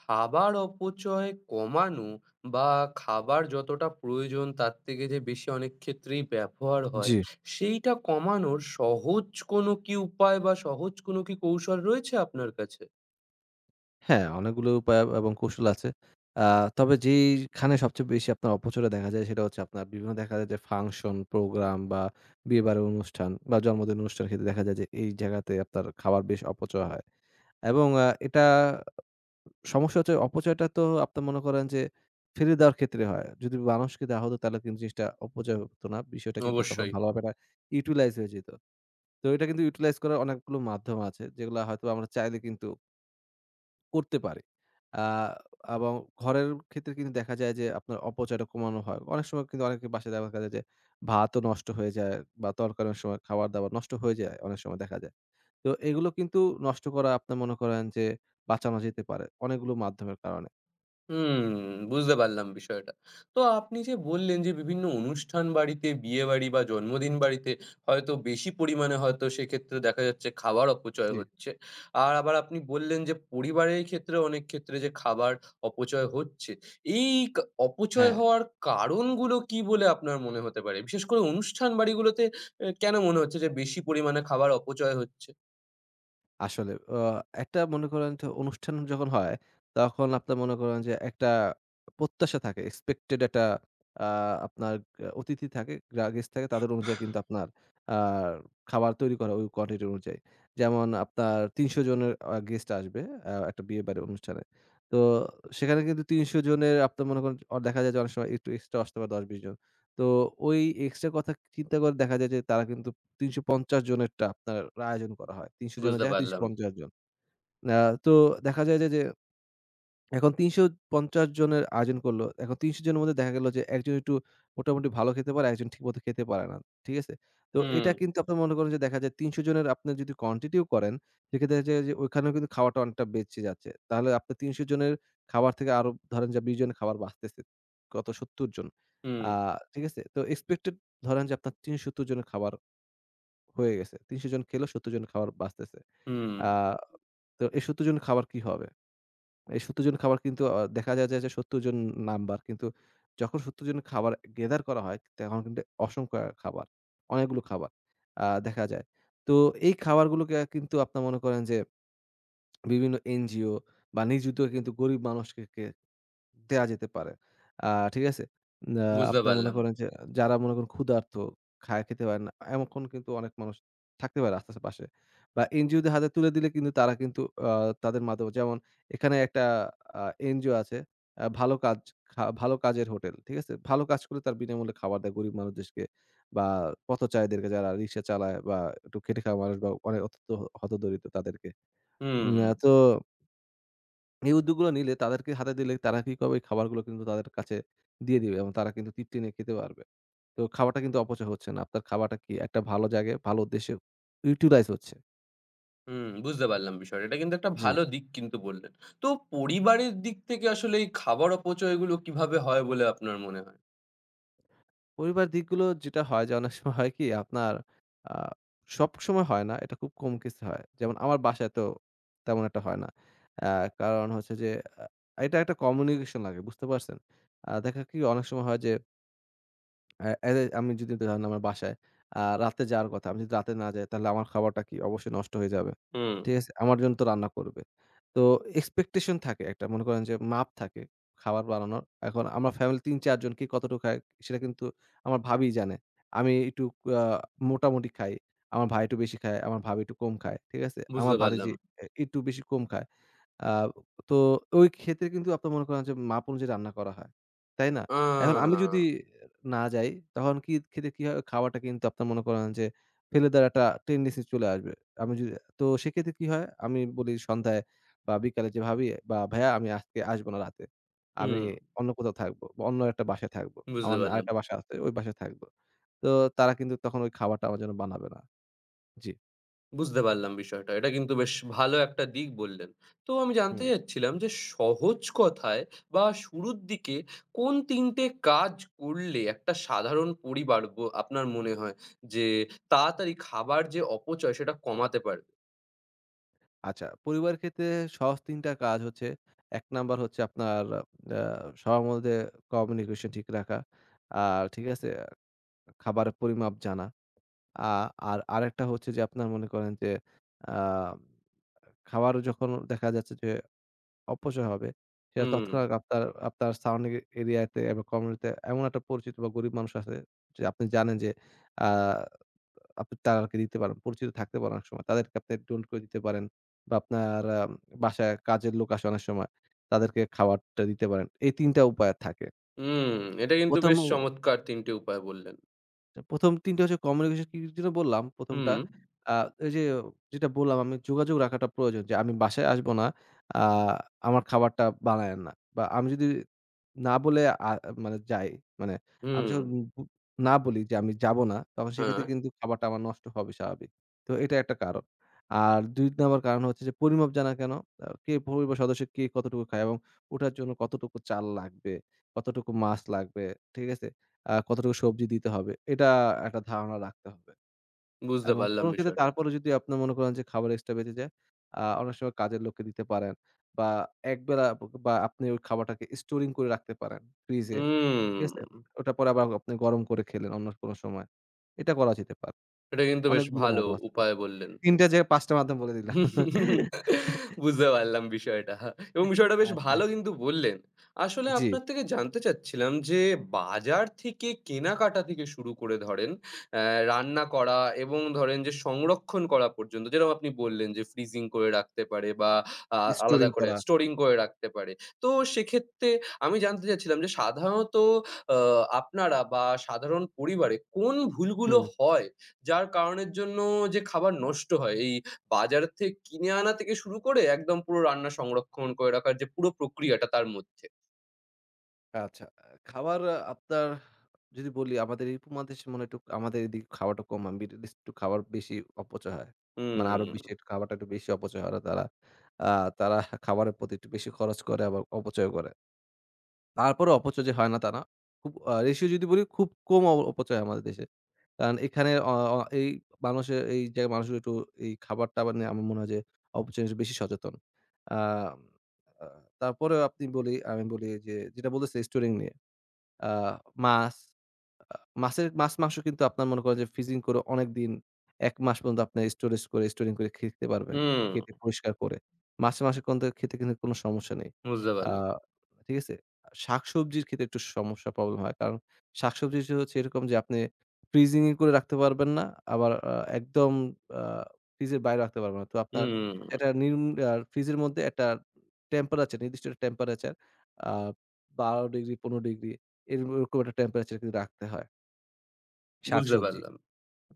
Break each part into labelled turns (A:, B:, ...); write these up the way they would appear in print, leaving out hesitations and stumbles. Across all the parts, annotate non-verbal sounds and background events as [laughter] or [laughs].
A: খাবার অপচয় কমানো বা খাবার যতটা প্রয়োজন তার থেকে যে বেশি অনেক ক্ষেত্রেই ব্যবহার হয়,
B: জি।
A: সেইটা কমানোর সহজ কোনো কি উপায় বা সহজ কোনো কি কৌশল রয়েছে আপনার কাছে?
B: হ্যাঁ, অনেকগুলো উপায় এবং কৌশল আছে। আ তবে যেইখানে সবচেয়ে বেশি আপনার অপচয়টা দেখা যায় সেটা হচ্ছে আপনার বিভিন্ন দেখা যায় যে ফাংশন, প্রোগ্রাম বা বিয়েবাড়ির অনুষ্ঠান বা জন্মদিন অনুষ্ঠানের ক্ষেত্রে দেখা যায় যে এই জায়গাতে আপনার খাবার বেশ অপচয় হয়। এবং এটা সমস্যা হচ্ছে অপচয়টা তো আপনি মনে করেন যে ফেলে দেওয়ার ক্ষেত্রে হয়। যদি মানুষকে দেওয়া হতো তাহলে কিন্তু জিনিসটা অপচয় হতো না। বিষয়টা কিন্তু তখন
A: অবশ্যই।
B: ভালোভাবে এটা ইউটিলাইজ হয়ে যেত। তো এটা কিন্তু ইউটিলাইজ করার অনেকগুলো মাধ্যম আছে যেগুলা হয়তো আমরা চাইলে কিন্তু করতে পারে। আ এবং ঘরের ক্ষেত্রে কিন্তু দেখা যায় যে আপনার অপচয়টা কমানো হয়। অনেক সময় কিন্তু অনেকের বাসায় দেখা যায় যে ভাতও নষ্ট হয়ে যায় বা তরকারি অনেক সময় খাবার-দাবার নষ্ট হয়ে যায়, অনেক সময় দেখা যায়। তো এগুলো কিন্তু নষ্ট করা আপনার মনে করেন যে বাঁচানো যেতে পারে অনেকগুলো মাধ্যমের কারণে।
A: হুম, বুঝতে পারলাম বিষয়টা। তো আপনি যে বললেন যে বিভিন্ন অনুষ্ঠান বাড়িতে, বিয়েবাড়ি বা জন্মদিন বাড়িতে হয়তো বেশি পরিমাণে হয়তো সেক্ষেত্রে দেখা যাচ্ছে খাবার অপচয়
B: জি।
A: হচ্ছে। আর আবার আপনি বললেন যে পরিবারের ক্ষেত্রে অনেক ক্ষেত্রে যে খাবার অপচয় হচ্ছে। এই কা অপচয়
B: হ্যাঁ।
A: হওয়ার কারণগুলো কি বলে আপনার মনে হতে পারে? বিশেষ করে অনুষ্ঠান বাড়িগুলোতে এ কেন মনে হচ্ছে যে বেশি পরিমাণে খাবার অপচয় হচ্ছে?
B: আসলে একটা মনে করেন তো অনুষ্ঠান যখন হয়, তখন আপনার মনে করেন যে একটা প্রত্যাশা থাকে। এক্সপেক্টেড একটা আ আপনার অতিথি থাকে, গেস্ট থাকে তাদের অনুযায়ী কিন্তু আপনার আ খাবার তৈরি করা ওই কোয়ান্টিটি অনুযায়ী। যেমন আপনার ৩০০ জনের গেস্ট আসবে একটা বিয়ে বাড়ির অনুষ্ঠানে। তো সেখানে কিন্তু ৩০০ জনের আপনার মনে করেন দেখা যায় যে অনেক সময় একটু এক্সট্রা আসতে পারে ১০-২০ জন। তো ওই এক্সট্রা কথা চিন্তা করে দেখা যায় যে তারা কিন্তু ৩৫০ জনেরটা আপনার আয়োজন করা হয়। ৩০০ জনে
A: বুঝতে
B: যায়
A: পারলাম।
B: ৩৫০ জন। আ তো দেখা যায় যে, যে এখন ৩৫০ জনের আয়োজন করল। এখন ৩০০ জনের মধ্যে দেখা গেল যে একজন একটু মোটামুটি ভালো খেতে পারে, একজন ঠিকমতো খেতে পারে না। ঠিক আছে? তো
A: হুম,
B: এটা কিন্তু আপনি মনে করেন যে দেখা যায় ৩০০ জনের আপনি যদি quantity ও করেন, সেক্ষেত্রে দেখা যায় যে ওইখানেও কিন্তু খাওয়াটা অনেকটা বেঁচে যাচ্ছে। তাহলে আপনার ৩০০ জনের খাবার থেকে আরো ধরেন যে ২০ জনের খাবার বাঁচতেছে। কত ৭০ জন।
A: হুম,
B: আ ঠিক আছে? তো expected ধরেন যে আপনার ৩৭০ জনের খাবার হয়ে গেছে। ৩০০ জন খেলো ৭০ জন খাবার বাঁচতেছে।
A: হুম,
B: আ তো এই ৭০ জন খাবার কি হবে? এই ৭০ জন খাবার কিন্তু দেখা যায় যে ৭০ জন নাম্বার কিন্তু যখন ৭০ জন খাবার গেদার করা হয় তখন কিন্তু অসংখ্য খাবার, অনেকগুলো খাবার দেখা যায়। তো এই খাবারগুলোকে কিন্তু আপনার মনে করেন যে বিভিন্ন এনজিও বা নিজ উদ্যোগে কিন্তু গরিব মানুষকে দেয়া যেতে পারে। ঠিক আছে? আ
A: বুঝতে
B: আপনার মনে
A: পারলাম।
B: করেন যে যারা মনে করেন ক্ষুধার্ত, খায়া খেতে পারে না, এমন কিন্তু অনেক মানুষ থাকতে পারে আশেপাশে। বা এনজিওদের হাতে তুলে দিলে কিন্তু তারা কিন্তু আ তাদের মাধ্যমে যেমন এখানে একটা আ এনজিও আছে। ভালো কাজ ভালো কাজের হোটেল। ঠিক আছে? ভালো কাজ করে তার বিনামূল্যে খাবার দেয় গরিব মানুষদেরকে বা পথচারীদেরকে যারা রিক্সা চালায় বা একটু খেটে খাওয়া মানুষ বা অনেক অত্যন্ত হতদরিদ্র তাদেরকে।
A: হুম।
B: উম আ তো এই উদ্যোগগুলো নিলে তাদেরকে হাতে দিলে তারা কি করবে? ওই খাবারগুলো কিন্তু তাদের কাছে দিয়ে দিবে এবং তারা কিন্তু তৃপ্তি নিয়ে খেতে পারবে। তো খাবারটা কিন্তু অপচয় হচ্ছে না। আপনার খাবারটা কি একটা ভালো জায়গায়, ভালো উদ্দেশ্যে ইউটিলাইজ হচ্ছে।
A: হুম, বুঝতে পারলাম বিষয়টা। এটা কিন্তু একটা
B: জি।
A: ভালো দিক কিন্তু বললেন। তো পরিবারের দিক থেকে আসলে এই খাবার অপচয়গুলো কিভাবে হয় বলে আপনার মনে হয়?
B: পরিবার দিকগুলো যেটা হয় যে অনেক সময় হয় কি আপনার আ সবসময় হয় না, এটা খুব কম কেসে হয়। যেমন আমার বাসায় তো তেমন একটা হয় না। আ কারণ হচ্ছে যে আ এটা একটা কমিউনিকেশন লাগে বুঝতে পারছেন? দেখা কি অনেক সময় হয় যে অ্যা অ্যা আমি যদি ধরেন আমার বাসায় রাতে যাওয়ার কথা। আমি যদি রাতে না যাই তাহলে আমার খাবারটা কি অবশ্যই নষ্ট হয়ে যাবে।
A: হুম,
B: ঠিক আছে? আমার জন্য তো রান্না করবে। তো এক্সপেকটেশন থাকে একটা মনে করেন যে মাপ থাকে খাবার বানানোর। এখন আমার ফ্যামিলি ৩-৪ জন কে কতটুকু খায় সেটা কিন্তু আমার ভাবিই জানে। আমি একটু আ মোটামুটি খাই। আমার ভাই একটু বেশি খায়, আমার ভাবি একটু কম খায়। ঠিক আছে?
A: বুঝতে
B: আমার
A: পারলাম।
B: ভাতিজি একটু বেশি কম খায়। আ তো ওই ক্ষেত্রে কিন্তু আপনার মনে করেন যে মাপ অনুযায়ী রান্না করা হয়। তাই না?
A: আ
B: এখন আমি যদি না যাই, তখন কি খেতে কি হয়? খাওয়াটা কিন্তু আপনার মনে করেন যে ফেলে দেওয়ার একটা টেন্ডেন্সি চলে আসবে। আমি যদি তো সেক্ষেত্রে কি হয়? আমি বলি সন্ধ্যায় বা বিকালে যে ভাবি বা ভাইয়া আমি আজকে আসব না রাতে। আমি
A: হুম,
B: অন্য কোথাও থাকব বা অন্য একটা বাসায় থাকব।
A: বুঝতে
B: আমার
A: পারলাম।
B: আরেকটা বাসা আছে, ওই বাসায় থাকব। তো তারা কিন্তু তখন ওই খাবারটা আমার জন্য বানাবে না। জি,
A: বুঝতে পারলাম বিষয়টা। এটা কিন্তু বেশ ভালো একটা দিক বললেন। তো আমি জানতে
B: হুম।
A: চাচ্ছিলাম যে সহজ কথায় বা শুরুর দিকে কোন ৩ টে কাজ করলে একটা সাধারণ পরিবার ব আপনার মনে হয় যে তাড়াতাড়ি খাবার যে অপচয় সেটা কমাতে পারবে?
B: আচ্ছা, পরিবারের ক্ষেত্রে সহজ ৩ টা কাজ হচ্ছে, ১ নাম্বার হচ্ছে আপনার আ সবার মধ্যে কমিউনিকেশন ঠিক রাখা। আর ঠিক আছে? খাবারের পরিমাপ জানা। আ আর আরেকটা হচ্ছে যে আপনার মনে করেন যে আ খাবার যখন দেখা যাচ্ছে যে অপচয় হবে, সেটা
A: হুম।
B: তৎক্ষণাৎ আপনার আপনার সারাউন্ডিং এরিয়াতে এবং কমিউনিটিতে এমন একটা পরিচিত বা গরিব মানুষ আছে যে আপনি জানেন যে আ আপনি তাদেরকে দিতে পারেন। পরিচিত থাকতে পারেন অনেক সময়। তাদেরকে আপনি ডোনেট করে দিতে পারেন বা আপনার বাসায় কাজের লোক আসে অনেক সময়। তাদেরকে খাবারটা দিতে পারেন। এই ৩ টা উপায় থাকে।
A: হুম, এটা কিন্তু বেশ
B: ১ম
A: চমৎকার ৩ টে উপায় বললেন।
B: ১ম ৩ টা হচ্ছে কমিউনিকেশন কি জন্য বললাম ১ম
A: হুম,
B: টা আ এই যে যেটা বললাম আমি যোগাযোগ রাখাটা প্রয়োজন যে আমি বাসায় আসবো না। আ আমার খাবারটা বানায়েন না। বা আমি যদি না বলে আ মানে যাই মানে আমি
A: হুম,
B: যখন বু না বলি যে আমি যাবো না তখন
A: হ্যাঁ,
B: সেক্ষেত্রে কিন্তু খাবারটা আমার নষ্ট হবে স্বাভাবিক। তো এটা একটা কারণ। আর ২ নাম্বার কারণ হচ্ছে যে পরিমাপ জানা কেন? আ কে পরিবার সদস্য কে কতটুকু খায় এবং ওটার জন্য কতটুকু চাল লাগবে, কতটুকু মাছ লাগবে, ঠিক আছে? কতটুকু সবজি দিতে হবে, এটা একটা ধারণা রাখতে হবে
A: বুঝতে
B: এবং
A: পারলাম
B: কোনো ক্ষেত্রে
A: বিষয়টা।
B: তারপরেও যদি আপনার মনে করেন যে খাবার এক্সট্রা বেঁচে যায়, অনেক সময় কাজের লোককে দিতে পারেন বা একবেলা বা আপনি ওই খাবারটাকে স্টোরিং করে রাখতে পারেন ফ্রিজে, ঠিক
A: হুম,
B: আছে? ওটা পরে আবার আপনি গরম করে খেলেন অন্য কোনো সময়। এটা করা যেতে পারে।
A: এটা কিন্তু বেশ
B: অনেকগুলো
A: ভালো
B: মাধ্যম আছে।
A: উপায় বললেন।
B: ৩ টার জায়গায় ৫ টা মাধ্যম বলে দিলাম। [laughs]
A: বুঝতে পারলাম বিষয়টা এবং বিষয়টা বেশ
B: আচ্ছা।
A: ভালো কিন্তু বললেন। আসলে
B: জি,
A: আপনার থেকে জানতে চাচ্ছিলাম যে বাজার থেকে কেনাকাটা থেকে শুরু করে ধরেন অ্যা রান্না করা এবং ধরেন যে সংরক্ষণ করা পর্যন্ত যেরকম আপনি বললেন যে ফ্রিজিং করে রাখতে পারে বা আ আলাদা
B: স্টোরিং
A: করে
B: করা।
A: স্টোরিং করে রাখতে পারে। তো সেক্ষেত্রে আমি জানতে চাচ্ছিলাম যে সাধারণত আ আপনারা বা সাধারণ পরিবারে কোন ভুলগুলো
B: হুম।
A: হয় যার কারণের জন্য যে খাবার নষ্ট হয় এই বাজার থেকে কিনে আনা থেকে শুরু করে একদম পুরো রান্না সংরক্ষণ করে রাখার যে পুরো প্রক্রিয়াটা তার মধ্যে।
B: আচ্ছা। খাবার আপনার যদি বলি আমাদের এই উপমহাদেশে মনে হয় একটু আমাদের এদিকে খাওয়াটা কম। মিডল ইস্ট একটু খাবার বেশি অপচয় হয়। মানে আরব
A: হুম,
B: বিশ্বে খাবারটা একটু বেশি অপচয় হয় আর তারা। আ তারা খাবারের প্রতি একটু বেশি খরচ করে আবার অপচয় করে। তারপরেও অপচয় যে হয় না তা না। খুব রেশিও যদি বলি খুব কম অপচয় হয় আমাদের দেশে। কারণ এখানে অ অ এই মানুষের এই জায়গায় মানুষগুলো একটু এই খাবার-টাবার নিয়ে আমার মনে হয় যে অপচয় বেশি সচেতন। আম আ তারপরেও আপনি বলি আমি বলি যে যেটা বলতেছি রেস্টুরেন্ট নিয়ে। আ মাছ, আ মাছের মাছ-মাংস কিন্তু আপনার মনে করেন যে ফ্রিজিং করে অনেকদিন ১ মাস পর্যন্ত আপনি স্টোরেজ করে স্টোরিং করে খেতে পারবেন।
A: হুম,
B: কেটে পরিষ্কার করে। মাছে কিন্তু খেতে কিন্তু কোনো সমস্যা নেই।
A: বুঝতে
B: আ
A: পারলাম।
B: ঠিক আছে? শাকসবজির ক্ষেত্রে একটু সমস্যা প্রবলেম হয়। কারণ শাকসবজি যে হচ্ছে এরকম যে আপনি ফ্রিজিং করে রাখতে পারবেন না। আবার একদম আ ফ্রিজের বাইরে রাখতে পারবেন না। তো আপনার
A: হুম,
B: এটা নিম আ ফ্রিজের মধ্যে একটা টেম্পারেচার নির্দিষ্ট টেম্পারেচার আ ১২ ডিগ্রি ১৫ ডিগ্রি এরকম একটা টেম্পারেচার কিন্তু রাখতে হয়
A: বুঝতে
B: শাকসবজি।
A: পারলাম।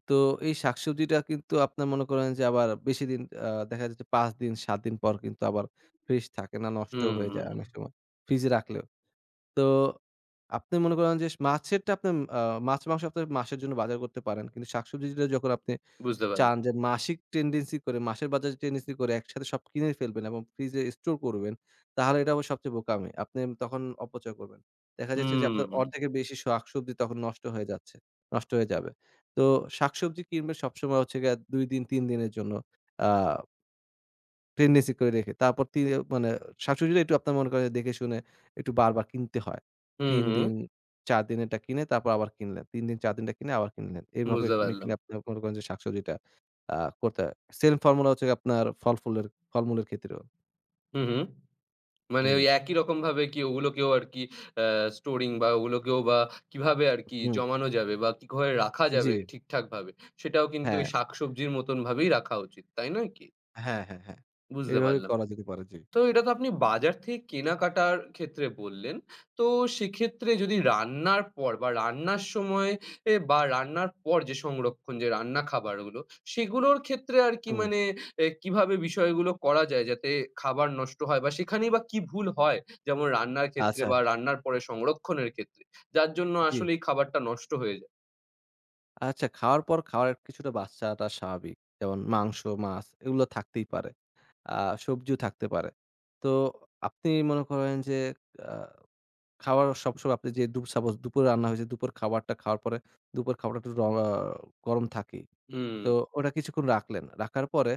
B: তো এই শাকসবজিটা কিন্তু আপনার মনে করেন যে আবার বেশিদিন দেখা যাচ্ছে ৫ দিন ৭ দিন পর কিন্তু আবার ফ্রেশ থাকে না, নষ্ট
A: হুম,
B: হয়ে
A: হুম,
B: যায় অনেক সময়। ফ্রিজে রাখলেও। তো আপনি মনে করেন যে মাছেরটা আপনার মাছ, মাংস আপনার মাসের জন্য বাজার করতে পারেন। কিন্তু শাকসবজিটা যখন আপনি
A: বুঝতে পারলাম।
B: চান যে মাসিক টেন্ডেন্সি করে মাসের বাজারে টেন্ডেন্সি করে একসাথে সব কিনে ফেলবেন এবং ফ্রিজে স্টোর করবেন, তাহলে এটা আবার সবচেয়ে বোকামি। আপনি তখন অপচয় করবেন। দেখা যাচ্ছে যে
A: হুম,
B: আপনার অর্ধেকের বেশি শাকসবজি তখন নষ্ট হয়ে যাচ্ছে, নষ্ট হয়ে যাবে। তো শাকসবজি কিনবেন সবসময় হচ্ছে গিয়ে ২ দিন ৩ দিনের জন্য। আ টেন্ডেন্সি করে রেখে। তারপর মানে শাকসবজিটা একটু আপনার মনে করেন দেখে শুনে একটু বারবার কিনতে হয়।
A: হুম,
B: ৩
A: হুম,
B: দিন ৪ দিন এটা কিনে তারপর আবার কিনলেন। ৩ দিন ৪ দিনটা কিনে আবার কিনলেন। এভাবে
A: বুঝতে
B: কিনে,
A: পারলাম।
B: কিনে আপনার মনে করেন যে শাকসবজিটা আ করতে হয়। সেম ফর্মুলা হচ্ছে আপনার ফলমূলের ক্ষেত্রেও।
A: হুম, হুম। মানে
B: হুম।
A: ওই একই রকমভাবে কি ওগুলোকেও আরকি আ স্টোরিং বা ওগুলোকেও বা কিভাবে আরকি
B: হুম,
A: জমানো যাবে বা কি করে রাখা
B: জি,
A: যাবে ঠিকঠাকভাবে সেটাও কিন্তু ওই
B: হ্যাঁ।
A: শাকসবজির মতন ভাবেই রাখা উচিত। তাই নয় কি?
B: হ্যাঁ, হ্যাঁ, হ্যাঁ।
A: বুঝতে
B: এভাবে
A: পারলাম।
B: করা যেতে পারে। জি।
A: তো এটা তো আপনি বাজার থেকে কেনাকাটার ক্ষেত্রে বললেন। তো সেক্ষেত্রে যদি রান্নার পর বা রান্নার সময় এ বা রান্নার পর যে সংরক্ষণ যে রান্না খাবারগুলো, সেগুলোর ক্ষেত্রে আর কি
B: হুম।
A: মানে এ কিভাবে বিষয়গুলো করা যায় যাতে খাবার নষ্ট হয় বা সেখানেই বা কি ভুল হয়? যেমন রান্নার ক্ষেত্রে
B: আচ্ছা।
A: বা রান্নার পরে সংরক্ষণের ক্ষেত্রে, যার জন্য
B: জি।
A: আসলেই খাবারটা নষ্ট হয়ে যায়?
B: আচ্ছা, খাওয়ার পর খাওয়ার কিছুটা বাচ্চাটা স্বাভাবিক। যেমন মাংস, মাছ এগুলো থাকতেই পারে। আ সবজিও থাকতে পারে। তো আপনি মনে করেন যে আ খাওয়ার সবসময় আপনি যে সাপোজ দুপুরে রান্না হয়েছে, দুপুর খাবারটা খাওয়ার পরে দুপুর খাবারটা একটু র আ গরম থাকেই।
A: হুম,
B: তো ওটা কিছুক্ষণ রাখলেন। রাখার পরে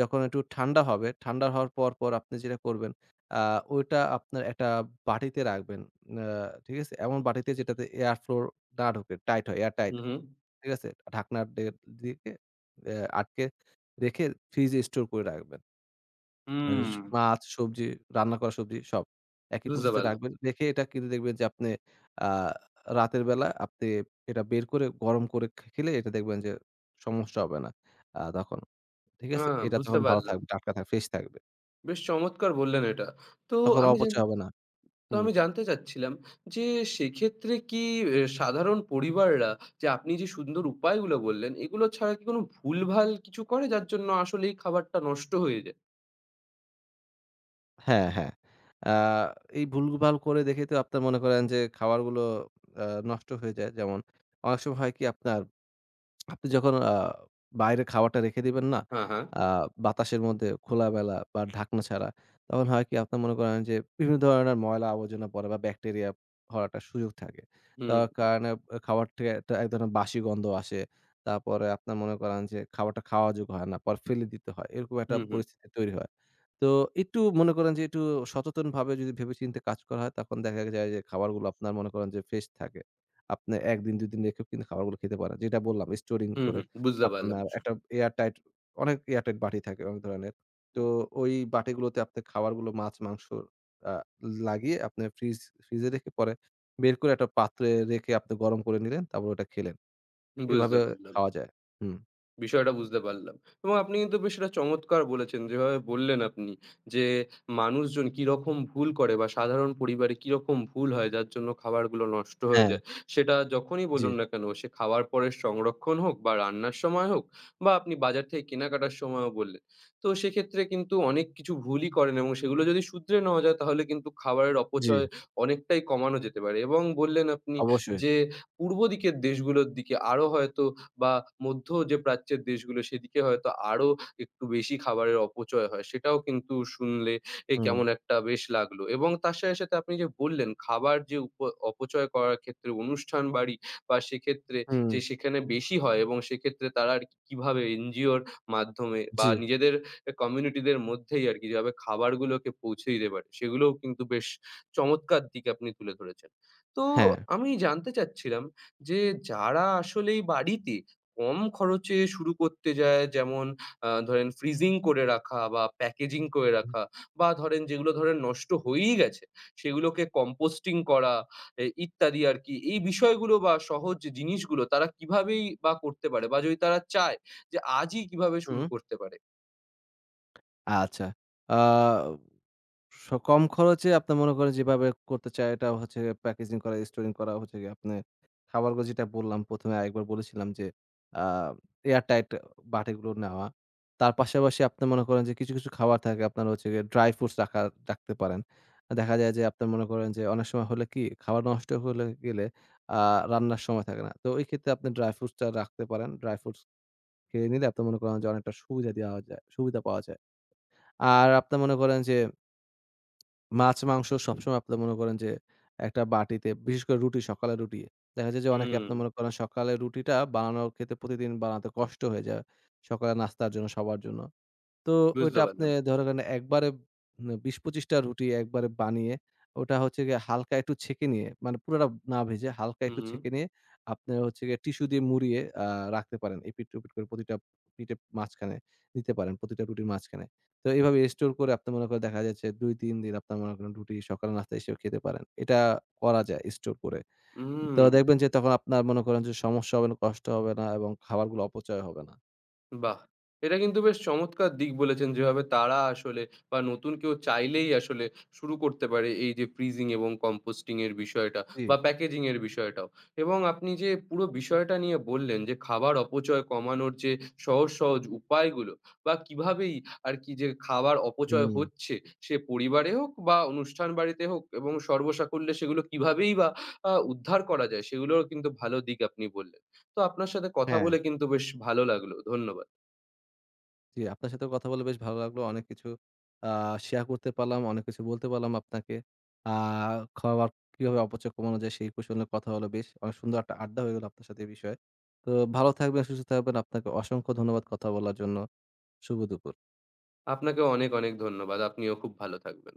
B: যখন একটু ঠান্ডা হবে, ঠান্ডা হওয়ার পর, পর আপনি যেটা করবেন আ ওইটা আপনার একটা বাটিতে রাখবেন। আ ঠিক আছে? এমন বাটিতে যেটাতে এয়ার ফ্লো না ঢোকে, টাইট হয়, এয়ার টাইট।
A: হু, হু।
B: ঠিক আছে? ঢাকনার দিকে এ আটকে রেখে ফ্রিজে স্টোর করে রাখবেন।
A: হুম।
B: এস মাছ, সবজি, রান্না করা সবজি সব। একই
A: বুঝতে
B: প্রসেস এ
A: পারলাম।
B: রাখবেন। রেখে এটা কিন্তু দেখবেন যে আপনি আ রাতের বেলা আপনি এটা বের করে গরম করে খেলে এটা দেখবেন যে সমস্যা হবে না তখন। ঠিক
A: আ
B: আছে? এটা
A: বুঝতে
B: তখন ভালো
A: পারলাম।
B: থাকবে, টাটকা থাকবে, ফ্রেশ থাকবে।
A: বেশ চমৎকার বললেন এটা। তো
B: তখন
A: আমি জান
B: অপচয় হবে না।
A: তো
B: হুম।
A: আমি জানতে চাচ্ছিলাম যে সেক্ষেত্রে কি এ সাধারণ পরিবাররা যে আপনি যে সুন্দর উপায়গুলো বললেন, এগুলো ছাড়া কি কোনো ভুলভাল কিছু করে যার জন্য আসলেই খাবারটা নষ্ট হয়ে যায়?
B: হ্যাঁ, হ্যাঁ। আ এই ভুলভাল করে দেখে তো আপনার মনে করেন যে খাবারগুলো আ নষ্ট হয়ে যায়। যেমন অনেক সময় হয় কি আপনার আপনি যখন বাইরে খাবারটা রেখে দিবেন না?
A: হ্যাঁ, হ্যাঁ।
B: আ বাতাসের মধ্যে খোলামেলা বা ঢাকনা ছাড়া, তখন হয় কি আপনার মনে করেন যে বিভিন্ন ধরনের ময়লা আবর্জনা পড়ে বা ব্যাকটেরিয়া হওয়ার একটা সুযোগ থাকে।
A: হুম,
B: তার কারণে খাবার থেকে একটা এক ধরনের বাসি গন্ধ আসে। তারপরে আপনার মনে করেন যে খাবারটা খাওয়া যোগ্য হয় না। পরে ফেলে দিতে হয়। এরকম একটা
A: হুম, হুম,
B: পরিস্থিতি তৈরি হয়। তো একটু মনে করেন যে একটু সচেতনভাবে যদি ভেবেচিন্তে কাজ করা হয় তখন দেখা যায় যে খাবারগুলো আপনার মনে করেন যে ফ্রেশ থাকে। আপনি ১ দিন ২ দিন রেখেও কিন্তু খাবারগুলো খেতে পারেন। যেটা বললাম স্টোরিং
A: হুম,
B: করে
A: হুম। বুঝতে পারলাম
B: আপনার
A: বিষয়
B: একটা এয়ার টাইট অনেক এয়ার টাইট বাটি থাকে অনেক ধরনের। তো ওই বাটিগুলোতে আপনি খাবারগুলো মাছ, মাংস আ লাগিয়ে আপনি ফ্রিজে রেখে পরে বের করে একটা পাত্রে রেখে আপনি গরম করে নিলেন তারপর ওটা খেলেন।
A: বুঝতে
B: এভাবে
A: পারলাম।
B: খাওয়া যায়। হুম।
A: বিষয়টা বুঝতে পারলাম। এবং আপনি কিন্তু বেশ এটা চমৎকার বলেছেন। যেভাবে বললেন আপনি যে, মানুষজন কিরকম ভুল করে বা সাধারণ পরিবারে কিরকম ভুল হয় যার জন্য খাবারগুলো নষ্ট হয়ে
B: হ্যাঁ,
A: যায়। সেটা যখনই
B: জি,
A: বলুন না কেন, সে খাওয়ার পরে সংরক্ষণ হোক বা রান্নার সময় হোক বা আপনি বাজার থেকে কেনাকাটার সময়ও বললেন। তো সেক্ষেত্রে কিন্তু অনেক কিছু ভুলই করেন এবং সেগুলো যদি শুধরে নেওয়া যায় তাহলে কিন্তু খাবারের
B: জি,
A: অপচয় অনেকটাই কমানো যেতে পারে। এবং বললেন আপনি
B: অবশ্যই।
A: যে, পূর্ব দিকের দেশগুলোর দিকে আরো হয়তো বা মধ্য যে প্রাচ্যের দেশগুলো সেদিকে হয়তো আরো একটু বেশি খাবারের অপচয় হয়। সেটাও কিন্তু শুনলে এ
B: হুম,
A: কেমন একটা বেশ লাগলো। এবং তার সাথে, সাথে আপনি যে বললেন খাবার যে উপ অপচয় করার ক্ষেত্রে অনুষ্ঠান বাড়ি বা সেক্ষেত্রে
B: হুম,
A: যে সেখানে বেশি হয় এবং সেক্ষেত্রে তারা আরকি কিভাবে এনজিওর মাধ্যমে বা
B: জি,
A: নিজেদের এ কমিউনিটিদের মধ্যেই আরকি যেভাবে খাবারগুলোকে পৌঁছে দিতে পারে সেগুলোও কিন্তু বেশ চমৎকার দিক আপনি তুলে ধরেছেন। তো
B: হ্যাঁ।
A: আমি জানতে চাচ্ছিলাম যে যারা আসলেই বাড়িতে কম খরচে শুরু করতে যায় যেমন ধরেন ফ্রিজিং করে রাখা বা প্যাকেজিং করে রাখা বা ধরেন যেগুলো ধরেন নষ্ট হয়েই গেছে সেগুলোকে কম্পোস্টিং করা এ ইত্যাদি আরকি। এই বিষয়গুলো বা সহজ যে জিনিসগুলো তারা কিভাবেই বা করতে পারে বা যদি তারা চায় যে আজই কিভাবে শুরু
B: হুম,
A: করতে পারে?
B: আচ্ছা। আ স কম খরচে আপনি মনে করেন যেভাবে করতে চায় এটা হচ্ছে প্যাকেজিং করা, স্টোরিং করা হচ্ছে গিয়ে আপনি খাবারগুলো যেটা বললাম ১ম এ আরেকবার বলেছিলাম যে আ এয়ার টাইট বাটিগুলো নেওয়া। তার পাশাপাশি আপনি মনে করেন যে কিছু, কিছু খাবার থাকে আপনার হচ্ছে গিয়ে ড্রাই ফ্রুটস রাখতে পারেন। দেখা যায় যে আপনি মনে করেন যে অনেক সময় হলে কি খাবার নষ্ট হলে গেলে আ রান্নার সময় থাকে না। তো ওই ক্ষেত্রে আপনি ড্রাই ফ্রুটসটা রাখতে পারেন। ড্রাই ফ্রুটস খেয়ে নিলে আপনি মনে করেন যে অনেকটা সুবিধা দেওয়া যায় সুবিধা পাওয়া যায়। আর আপনার মনে করেন যে মাছ-মাংস সবসময় আপনার মনে করেন যে একটা বাটিতে, বিশেষ করে রুটি, সকালে রুটি। দেখা যায় যে অনেকে
A: হুম,
B: আপনার মনে করেন সকালে রুটিটা বানানোর ক্ষেত্রে প্রতিদিন বানাতে কষ্ট হয়ে যায়। সকালে নাস্তার জন্য সবার জন্য। তো
A: বুঝতে
B: ওইটা আপনি
A: পারলাম।
B: ধরেন একবারে ২০-২৫ টা রুটি একবারে বানিয়ে ওটা হচ্ছে গিয়ে হালকা একটু ছেঁকে নিয়ে মানে পুরাটা না ভেজে হালকা
A: হুম,
B: একটু
A: হুম।
B: ছেঁকে নিয়ে আপনি হচ্ছে গিয়ে টিস্যু দিয়ে মুড়িয়ে রাখতে পারেন। এপিঠ-ওপিঠ করে প্রতিটা পিঠের মাঝখানে দিতে পারেন, প্রতিটা রুটির মাঝখানে। তো এভাবে স্টোর করে আপনি মনে করেন দেখা যাচ্ছে ২-৩ দিন আপনার মনে করেন রুটি সকালের নাস্তা হিসেবে খেতে পারেন। এটা করা যায় স্টোর করে।
A: হুম।
B: তো দেখবেন যে তখন আপনার মনে করেন যে সমস্যা হবে না, কষ্ট হবে না এবং খাবারগুলো অপচয় হবে না।
A: বাহ! এটা কিন্তু বেশ চমৎকার দিক বলেছেন যেভাবে তারা আসলে বা নতুন কেউ চাইলেই আসলে শুরু করতে পারে এই যে ফ্রিজিং এবং কম্পোস্টিং এর বিষয়টা
B: জি,
A: বা প্যাকেজিং এর বিষয়টাও। এবং আপনি যে পুরো বিষয়টা নিয়ে বললেন যে খাবার অপচয় কমানোর যে সহজ, সহজ উপায়গুলো বা কিভাবেই আরকি যে খাবার অপচয়
B: হুম,
A: হচ্ছে সে পরিবারে হোক বা অনুষ্ঠান বাড়িতে হোক এবং সর্বসাকুল্যে সেগুলো কিভাবেই বা উদ্ধার করা যায় সেগুলোরও কিন্তু ভালো দিক আপনি বললেন। তো আপনার সাথে কথা
B: হ্যাঁ।
A: বলে কিন্তু বেশ ভালো লাগলো। ধন্যবাদ।
B: জি, আপনার সাথেও কথা বলে বেশ ভালো লাগলো। অনেক কিছু আ শেয়ার করতে পারলাম, অনেক কিছু বলতে পারলাম আপনাকে। আ খাবার কিভাবে অপচয় কমানো যায় সেই বিষয় নিয়ে কথা হলো বেশ। অনেক সুন্দর একটা আড্ডা হয়ে গেল আপনার সাথে এই বিষয়ে। তো ভালো থাকবেন, সুস্থ থাকবেন। আপনাকে অসংখ্য ধন্যবাদ কথা বলার জন্য। শুভ দুপুর।
A: আপনাকেও অনেক, অনেক ধন্যবাদ। আপনিও খুব ভালো থাকবেন।